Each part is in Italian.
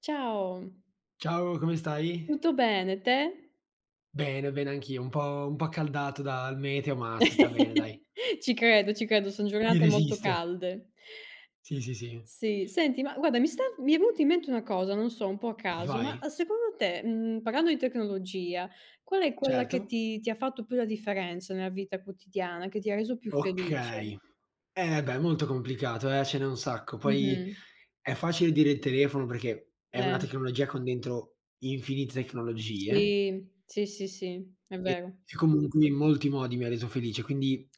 Ciao, Ciao, come stai? tutto bene, te? Bene, bene anch'io, un po' accaldato dal meteo, ma si sta bene dai. Ci credo, son Si giornate molto resiste. calde. Sì, sì, sì. Sì, senti, ma guarda, mi è venuta in mente una cosa, non so, un po' a caso, ma, Vai. Secondo te, parlando di tecnologia, qual è quella che Certo. ti ha fatto più la differenza nella vita quotidiana, che ti ha reso più felice? Okay. Eh beh, è molto complicato ce n'è un sacco. Poi Mh-mh. è facile dire il telefono perché è una Eh, tecnologia con dentro infinite tecnologie, sì, sì, sì, sì, è e vero. che comunque in molti modi mi ha reso felice, quindi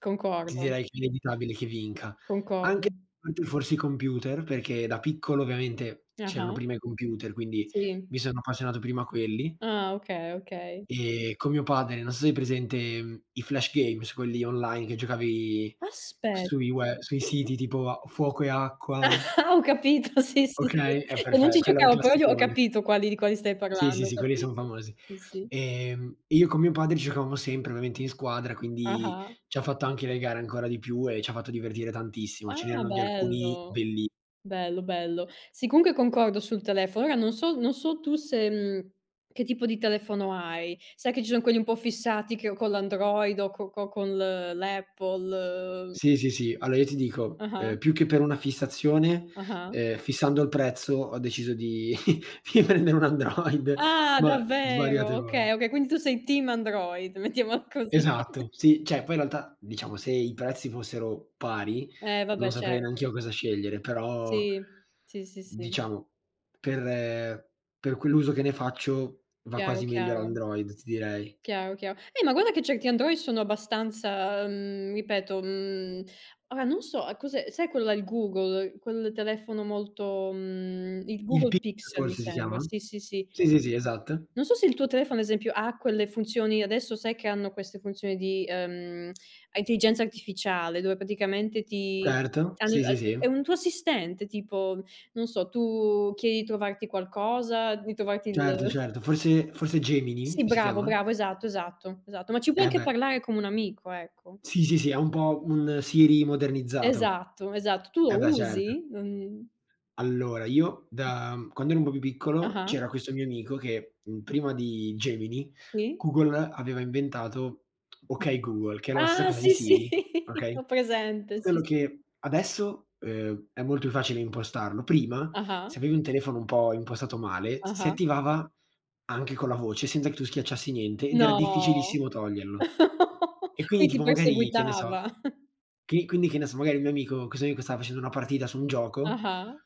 ti Concordo, direi che è inevitabile che vinca. Anche concordo. forse i computer, perché da piccolo ovviamente c'erano Ah-ah, prima i computer, quindi sì. mi sono appassionato prima a quelli Ah, okay, okay. e con mio padre, non so se hai presente, i flash games, quelli online che giocavi Aspe sui siti tipo a Fuoco e Acqua. Ah, ho capito, sì, sì, sì. Okay, Cioè non perfetto, ci quello è un giocavo, però io ho classicone. capito quali di quali stai Sì, sì, parlando, ho sì, quelli son capito. famosi. Sì, sì. Io con mio padre giocavamo sempre ovviamente in squadra, quindi Ah-ah. ci ha fatto anche legare ancora di più e ci ha fatto divertire tantissimo. Ce Ah, n'erano di alcuni bello. belli. Bello, bello. Sì, comunque concordo sul telefono. Ora non so tu se che tipo di telefono hai. Sai che ci sono quelli un po' fissati che o con l'Android o co co con l'Apple. Sì, sì, sì. Allora io ti dico, Ah-ah, più che per una fissazione, ah-ah. Fissando il prezzo ho deciso di di prendere un Android, Ah, ma svariate davvero? volte. Okay, okay, quindi tu sei team Android, mettiamola così. Esatto, sì, cioè poi in realtà diciamo se i prezzi fossero pari non Vabbè, saprei certo. neanch'io cosa scegliere, però Sì, sì, sì, sì. diciamo, per ehm, per quell'uso che ne faccio va Chiaro, quasi meglio chiaro, l'Android, ti direi. chiaro, chiaro. Ma guarda che certi Android sono abbastanza, ripeto, ora non so a cos'è sai quello là, il Google, quel telefono molto il Il Google Pixel Pixel mi forse si sembra, chiama? sì, sì, sì. Sì, sì, sì, esatto. Non so se il tuo telefono, ad esempio, ha quelle funzioni adesso sai che hanno queste funzioni di, intelligenza artificiale, dove praticamente ti Certo, hanno sì, sì, è sì. un tuo assistente, tipo, non so, tu chiedi di trovarti qualcosa, di trovarti Certo, il certo. Forse Gemini Sì, si bravo, chiama? bravo, esatto, esatto, esatto, ma ci puoi Eh anche beh. parlare come un amico, ecco. Sì, sì, sì, è un po' un Siri modernizzato. Esatto, esatto. Tu lo Eh beh, certo. usi? Non Allora, io da quando ero un po' più piccolo Ah-ah, c'era questo mio amico che, prima di Gemini, sì. Google aveva inventato OK Google, che era la stessa Ah, cosa di sì, sì, Siri, okay, ho presente, sì, solo sì. che adesso, è molto più facile impostarlo. Prima, Ah-ah, se avevi un telefono un po' impostato male, s si ah-ah. attivava anche con la voce, senza che tu schiacciassi niente, ed era No. difficilissimo toglierlo. E quindi Quindi ti tipo magari, che ne perseguitava. so, magari il mio amico questo mio amico stava facendo una partita su un gioco. Ah-ah.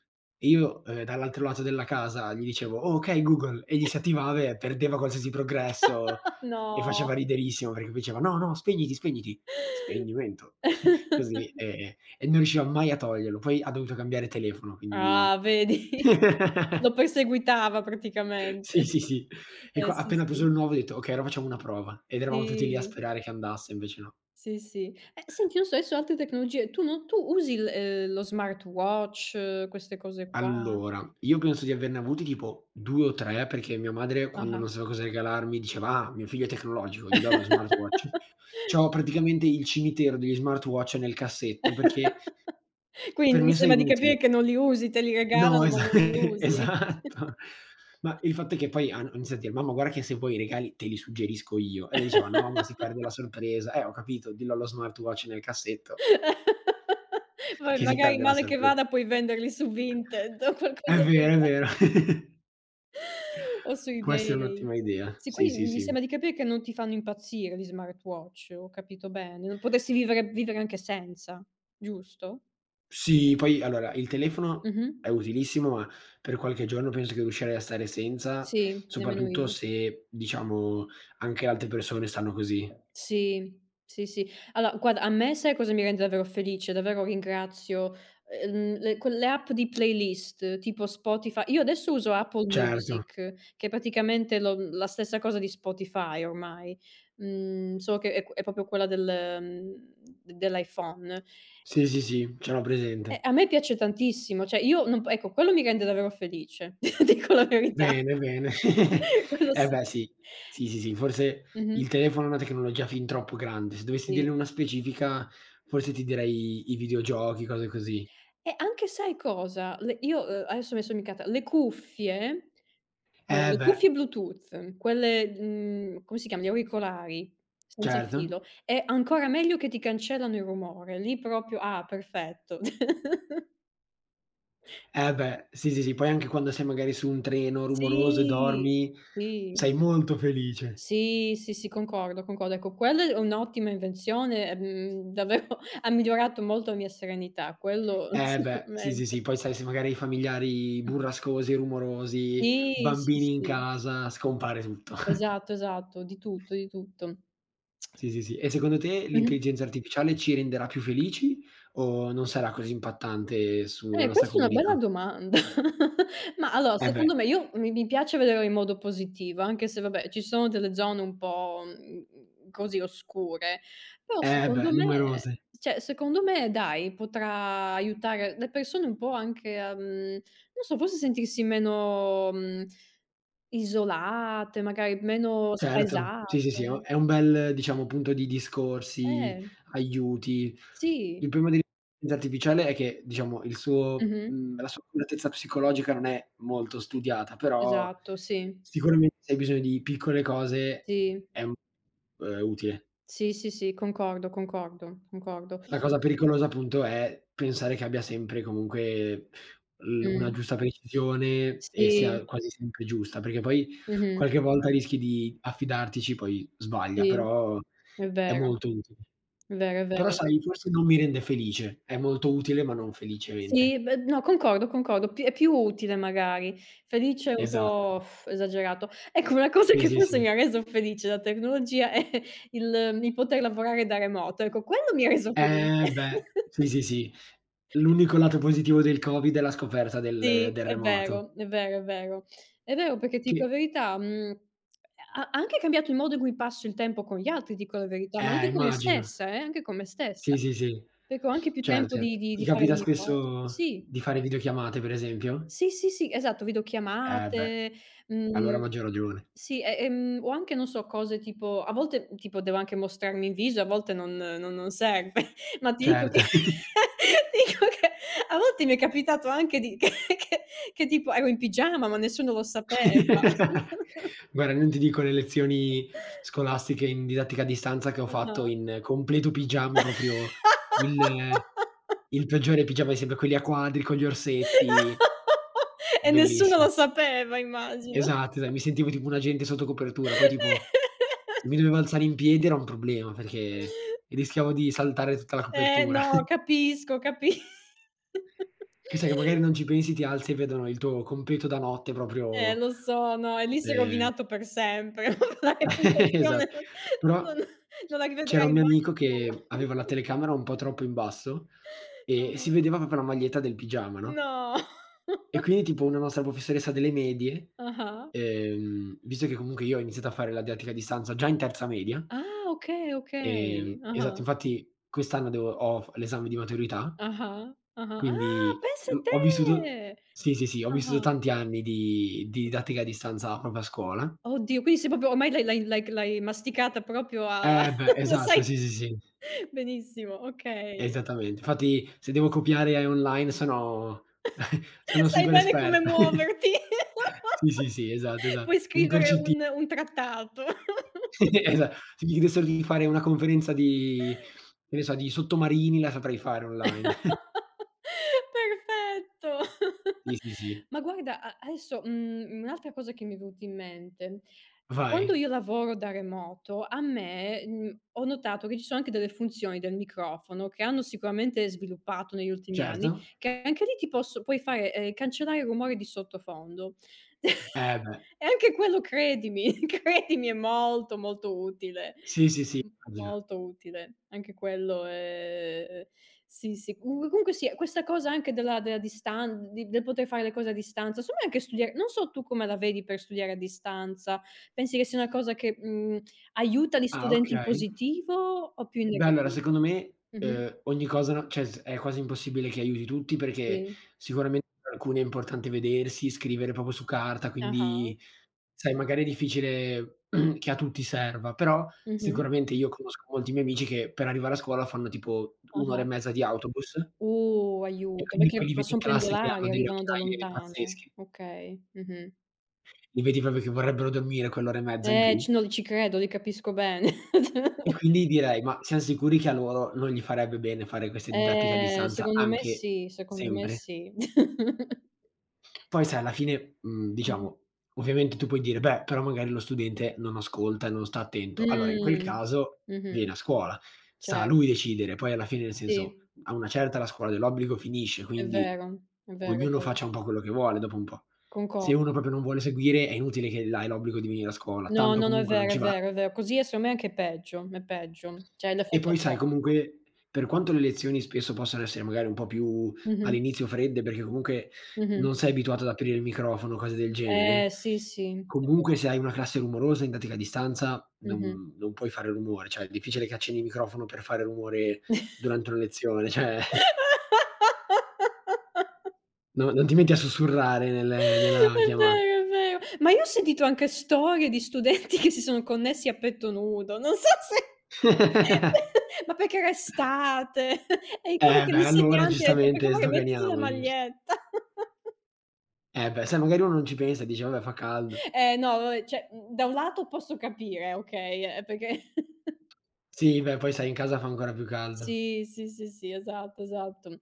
Io, dall'altro lato della casa gli dicevo: "Oh, okay Google", egli si attivava e perdeva qualsiasi progresso e No. faceva riderissimo perché poi diceva: "No, no, spegniti, spegniti". Spegnimento. Così, e non riusciva mai a toglierlo. Poi ha dovuto cambiare telefono, quindi Ah, vedi? Lo perseguitava sì, praticamente. sì, sì. E qua Sì, appena sì. preso il nuovo ho detto: "Okay, ora facciamo una prova". Ed eravamo tutti lì a Sì. sperare che andasse, invece no. Sì, sì. Senti, non so, adesso altre tecnologie, tu non tu usi il lo smartwatch, queste cose qua? Allora, io penso di averne avuti tipo due o tre, perché mia madre quando Ah-ah. non sapeva cosa regalarmi diceva: "Ah, mio figlio è tecnologico, gli do lo smartwatch". C'ho praticamente il cimitero degli smartwatch nel cassetto, perché per Quindi mi me sono sembra di capire inutili. che non li usi, te li No, regalano, ma esa non li usi. esatto. Ma il fatto è che poi hanno iniziato a dire: "Mamma guarda che se vuoi i regali te li suggerisco io". E lei diceva: "No, ma si perde la sorpresa". Ho capito, dillo allo smartwatch nel cassetto Poi che si magari perde la male che vada sorpresa. puoi venderli su Vinted o È qualcosa del vero, è vero. ge O su Può essere eBay. un'ottima idea. Sì, Sì, sì, quindi mi sì. sembra di capire che non ti fanno impazzire gli smartwatch, ho capito bene. Non potresti vivere anche senza, giusto? Sì, poi allora il telefono Mh-mh. è utilissimo, ma per qualche giorno penso che riuscirei a stare senza, Sì, nemmeno soprattutto io. se diciamo anche le altre persone stanno così. Sì, sì, sì. Allora guarda, a me sai cosa mi rende davvero felice? Davvero ringrazio, le quelle app di playlist tipo Spotify io adesso uso Apple Certo, Music, che è praticamente la stessa cosa di Spotify ormai, solo che è proprio quella del mhmm, d dell'iPhone. sì, sì, sì, ce l'ho presente. A me piace tantissimo, cioè io non p ecco, quello mi rende davvero felice, dico la verità. Bene, bene. Quello Eh sì. beh sì, sì, sì, sì, forse Mh-mh, il telefono è una tecnologia fin troppo grande. Se dovessi dirne sì. una specifica, forse ti direi i videogiochi, cose così. E anche sai cosa? Le io, adesso mi son dimenticata, le cuffie allora Eh le beh, cuffie Bluetooth, quelle, come si chiama, gli auricolari senza certo. filo, è ancora meglio che ti cancellano il rumore, lì proprio ah, perfetto. Eh beh, sì, sì, sì, poi anche quando sei magari su un treno rumoroso e Sì, dormi, sì. sei molto felice. Sì, sì, sì, concordo, concordo. Ecco, quella è un'ottima invenzione, davvero ha migliorato molto la mia serenità, quello Eh beh, sì, sì, sì, sicuramente. poi sai se magari hai familiari Mh. burrascosi, rumorosi, Sì, sì, bambini in sì. casa, scompare tutto. Esatto, esatto, di tutto, di tutto. Sì, sì, sì. E secondo te Mh-mh. l'intelligenza artificiale ci renderà più felici o non sarà così impattante sulla nostra Questa è una comodità? bella domanda. Ma allora, Eh beh, secondo me io mi piace vederlo in modo positivo, anche se vabbè, ci sono delle zone un po', così oscure, però eh beh, numerose. Secondo me dai, potrà aiutare le persone un po' anche a, non so, forse sentirsi meno, isolate, magari meno Certo, sì, sì, sì, è u spaesate. è un bel, diciamo, punto di discorsi, Eh, aiuti. sì. Il problema dell'intelligenza artificiale è che, diciamo, Mh-mh. La sua accuratezza psicologica non è molto studiata, però Esatto, sì, sicuramente se hai bisogno di piccole cose sì, è, utile. sì, sì, sì, concordo, concordo, concordo. La cosa pericolosa appunto è pensare che abbia sempre comunque l una Mh, giusta precisione e sia sì, quasi sempre giusta, perché poi mh-mh, qualche volta rischi di affidartici, poi sbaglia, sì, però è è vero, molto utile. è vero, è Però vero. sai, forse non mi rende felice, è molto utile ma non felicemente. Sì, beh, no, concordo, concordo, pi è più utile magari. Felice è un Esatto. po' uff, esagerato. Ecco, una cosa Sì, che sì, forse sì. mi ha reso felice la tecnologia è il poter lavorare da remoto, ecco quello mi ha reso felice. Eh beh, sì, sì, sì. L'unico lato positivo del Covid è la scoperta del Sì, del è remoto, vero, è vero, è vero. È vero perché ti dico che la verità, ha anche cambiato il modo in cui passo il tempo con gli altri, ti dico la verità, ma anche con me immagino. stessa, anche con me Sì, stessa. sì, sì. Perché ho anche più Certo, tempo di certo. di Ti di fare le capita mie cose. spesso Sì. di fare videochiamate per esempio? Sì, sì, sì, esatto, Eh beh, videochiamate, allora a mhmm, maggior ragione. sì, o anche non so cose tipo a volte tipo devo anche mostrarmi in viso, a volte non serve, ma ti dico Certo. che ti dico che a volte mi è capitato anche di che che tipo ero in pigiama, ma nessuno lo sapeva. Guarda, non ti dico le lezioni scolastiche in didattica a distanza che ho Ah-ah. fatto in completo pigiama, proprio il il peggiore pigiama di sempre, quelli a quadri con gli orsetti, E nessuno bellissimo. lo sapeva immagino. Esatto, esa mi sentivo tipo un agente sotto copertura, poi tipo se mi dovevo alzare in piedi era un problema perché rischiavo di saltare tutta la copertura. no, capisco, capi Che sai che magari non ci pensi, ti alzi e vedono il tuo completo da notte proprio lo so, no, e lì si è ehm, rovinato per sempre. La reputazione esatto. Però non non la c'era un rivedrai mio mai amico più. che aveva la telecamera un po' troppo in basso e si Ah-ah. vedeva proprio la maglietta del pigiama, no, No. e quindi tipo una nostra professoressa delle medie, Ah-ah. Visto che comunque io ho iniziato a fare la didattica a distanza già in terza media, Ah, okay, okay. Esatto, Ah-ah. infatti quest'anno devo ho f l'esame di maturità. Ah-ah. Ah-ah. Ah, Quindi, pensa a ho vissuto te! sì, sì, sì, ho vissuto Ah-ah. tanti anni di didattica a distanza proprio a scuola. Oddio, quindi sei proprio ormai l'hai masticata proprio a Eh beh, lo esatto, sai sì, sì, sì, benissimo, okay. esattamente. Infatti se devo copiare e online sono sono Sai super bene come esperto. muoverti. Sì, sì, sì, esatto, esatto. Puoi scrivere Impercetti un trattato. esa se mi chiedessero di fare una conferenza di che ne so, di sottomarini la saprei fare online. Perfetto. Sì, sì, sì. Ma guarda a adesso, un'altra cosa che mi è venuta in mente: quando Vai. io lavoro da remoto, a me, ho notato che ci sono anche delle funzioni del microfono che hanno sicuramente sviluppato negli ultimi anni, Certo. che anche lì ti posso puoi fare, cancellare i rumori di sottofondo. Eh beh. E anche quello credimi, credimi è molto, molto utile. Sì, sì, sì, M immagino. molto utile. Anche quello è sì, sì. Comunque sì, questa cosa anche della della distan di del poter fare le cose a distanza, secondo me anche studia non so tu come la vedi per studiare a distanza. Pensi che sia una cosa che, aiuta gli Ah, studenti in okay. positivo o più in Beh, allora negativo? secondo me, Mh-mh. Ogni cosa no cioè s è quasi impossibile che aiuti tutti perché Sì. sicuramente per alcuni è importante vedersi, scrivere proprio su carta, Ah-ah. quindi sai magari è difficile che a tutti serva, però Mh-mh. sicuramente io conosco molti miei amici che per arrivare a scuola fanno tipo un' ora e Ah-ah. mezza di autobus e Aiuto, quindi poi perché li ma vedi in son classe che hanno pendolari, delle arrivano da occhiaie lontano. pazzesche. Okay, mh-mh. Li vedi proprio che vorrebbero dormire quell'ora e mezza in più C no, ci credo, li capisco bene. e quindi direi: "Ma siam sicuri che a loro non gli farebbe bene fare queste didattiche a distanza secondo me anche sì, secondo me sempre?" sì. Poi sai alla fine, Mh-mh. diciamo, ovviamente tu puoi dire: "Beh, però magari lo studente non ascolta e non sta attento". Allora in quel Mh. caso Mh-mh. viene a scuola, sta a Certo, lui decidere. Poi alla fine, nel senso, sì, a una certa la scuola dell'obbligo finisce, è quindi vero, è vero, è ognuno vero. faccia un po' quello che vuole dopo un po'. Se Concordo. uno proprio non vuole seguire è inutile che là hai l'obbligo di venire a scuola, No, tanto no, no, è comunque non vero, è ci va. vero, è vero. Così è secondo me anche peggio, è peggio. Cioè E l'effetto poi sai opposto. comunque, per quanto le lezioni spesso possano essere magari un po' più Mh-mh. all'inizio fredde, perché comunque Mh-mh. non sei abituato ad aprire il microfono, cose del genere, Sì, sì, è comunque vero. se hai una classe rumorosa in pratica a distanza Mh-mh. non puoi fare rumore, cioè è difficile che accendi il microfono per fare rumore durante una lezione, cioè no non ti metti a sussurrare nelle È nella chiamata. vero, è vero. Ma io ho sentito anche storie di studenti che si sono connessi a petto nudo. Non so se ma perché era estate e ricordo Eh che beh, allora l'insegnante ha detto: "Per giustamente favore mettiti la sdoganiamo, gius maglietta". eh beh, sai magari uno non ci pensa e dice: "Vabbè fa caldo". Eh no, vabbè, cioè, da un lato posso capire, okay, perché Sì, beh, poi sai in casa fa ancora più caldo. sì, sì, sì, sì, esatto, esatto.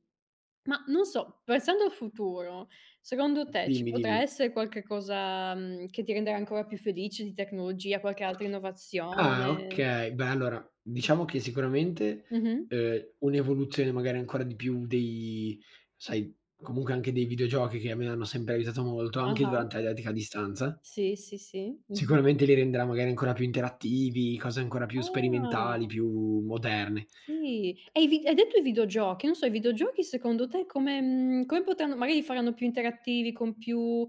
Ma non so, pensando al futuro, secondo te ci Dimmi, potrà dimmi. essere qualche cosa, che ti renderà ancora più felice di tecnologia, qualche altra Ah, innovazione? okay. Beh, allora, diciamo che sicuramente, Mh-mh. Un'evoluzione magari ancora di più dei sai, comunque anche dei videogiochi che a me hanno sempre aiutato molto, anche Ah-ah. durante la didattica a distanza, Sì, sì, sì. Mh-mh. sicuramente li renderà magari ancora più interattivi, cose ancora più sperimentali, Ah, più moderne. sì. E i vi hai detto i videogiochi, non so, i videogiochi secondo te come potranno magari li faranno più interattivi, con più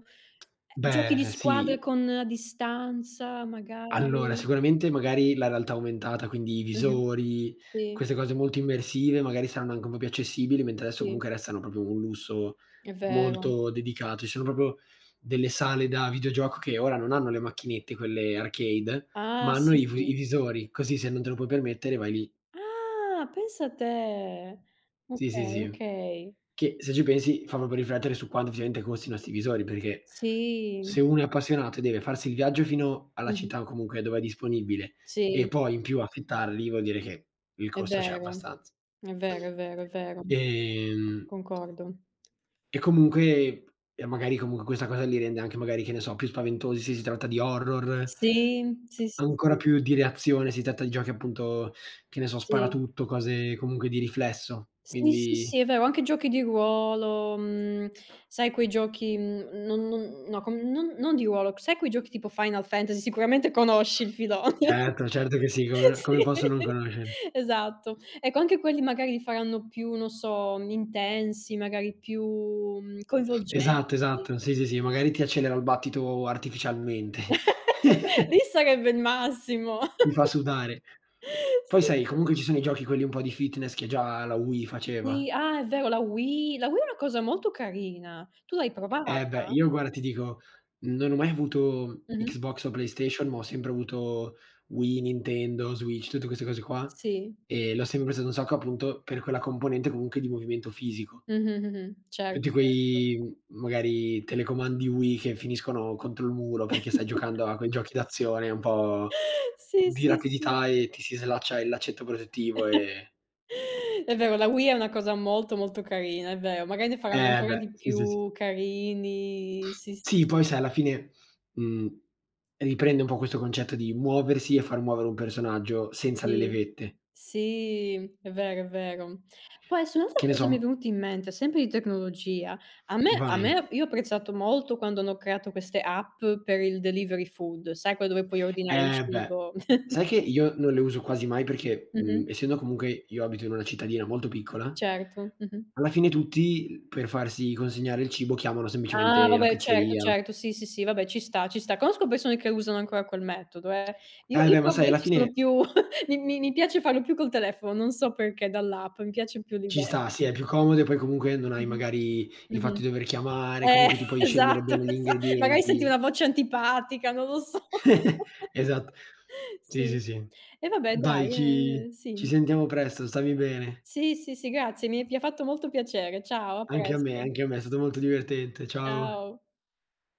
giochi di Beh, squadra sì. con a distanza Allora, magari. sicuramente magari la realtà aumentata, quindi i Mh-mh. visori, Sì, queste cose molto immersive, magari saranno anche un po' più accessibili, mentre adesso sì, comunque restano proprio un lusso è vero. molto dedicato. Ci sono proprio delle sale da videogioco che ora non hanno le macchinette, quelle arcade, Ah, ma hanno sì, i v sì. i visori, così se non te lo puoi permettere vai lì. Ah, pensa te. Sì, sì, Okay, sì. okay. Che se ci pensi fa proprio riflettere su quanto effettivamente costino 'sti visori, perché Sì. se uno è appassionato e deve farsi il viaggio fino alla Mh-mh. città comunque dove è disponibile e Sì, poi in più affittarli, vuol dire che il è costo c'è vero. abbastanza. È vero, è vero, è vero. Ehm, Concordo. e comunque e magari comunque questa cosa li rende anche magari, che ne so, più spaventosi se si tratta di horror, Sì, sì, sì, sì, ancora più di reazione se si tratta di giochi appunto, che ne so, sì. sparatutto, cose comunque di riflesso. Sì, sì, Quindi. sì, è vero, anche giochi di ruolo, sai quei giochi, non non no, com non non di ruolo, sai quei giochi tipo Final Fantasy, sicuramente conosci il filone. Certo, certo che sì, come no, come posso non Sì, conoscere. esatto. Ecco, anche quelli magari li faranno più, non so, intensi, magari più, coinvolgenti. Esatto, Sì, esatto, sì, sì, sì, sì. magari ti accelera il battito artificialmente, Lì sarebbe il massimo. ti fa sudare. Poi Sì, sai, sì. comunque ci sono i giochi quelli un po' di fitness che già la Wii faceva. Sì, ah è vero, la Wii è una cosa molto carina. Tu l'hai provata? Eh beh, io guarda ti dico, non ho mai avuto Mh-mh. Xbox o PlayStation, ma ho sempre avuto Wii, Nintendo, Switch, tutte queste cose qua, Sì. e l'ho sempre presa da un sacco appunto per quella componente comunque di movimento fisico. Mh-mh, mh-mh, certo. Tutti quei, magari, telecomandi Wii che finiscono contro il muro perché stai giocando a quei giochi d'azione un po' Sì, di sì, sì. rapidità e ti si slaccia il laccetto protettivo e È vero, la Wii è una cosa molto, molto carina, è vero. Magari ne faranno eh ancora beh, di sì, sì, sì. più carini. Sì, sì, Sì, poi sai alla fine, mhmm, riprende un po' questo concetto di muoversi e far muovere un personaggio senza le sì. levette. Sì, è vero, è vero. Poi adesso un'altra Che ne cosa mi è so, venuta in mente, sempre di tecnologia. A me a vai. me io ho apprezzato molto quando hanno creato queste app per il delivery food, sai quelle dove puoi ordinare il Eh beh, cibo. sai che io non le uso quasi mai perché, Mh-mh. Essendo comunque io abito in una cittadina molto piccola, Certo, mh-mh. alla fine tutti per farsi consegnare il cibo chiamano Ah, semplicemente la vabbè, certo, pizzeria. certo, sì, sì, sì, vabbè, ci sta, ci sta. Conosco persone che usano ancora quel metodo, eh. Io Eh io beh, ma sai proprio io alla ci sono fine più mi piace farlo più col telefono, non so perché dall'app, mi piace più ci sta, l'idea. sì è più comodo e poi comunque non hai Mh-mh. magari il Mh-mh. fatto di dover chiamare, Eh, comunque ti puoi scegliere esatto, bene gli esa magari senti una ingredienti. voce antipatica, non lo so. Esatto. Sì, sì, Sì. sì. E vabbè Dai dai, ci ci sì. sentiamo presto, stammi bene. Sì, sì, sì, grazie, mi è pi ha fatto molto piacere. Ciao, a presto. Anche a me, è stato molto divertente. Ciao. Ciao.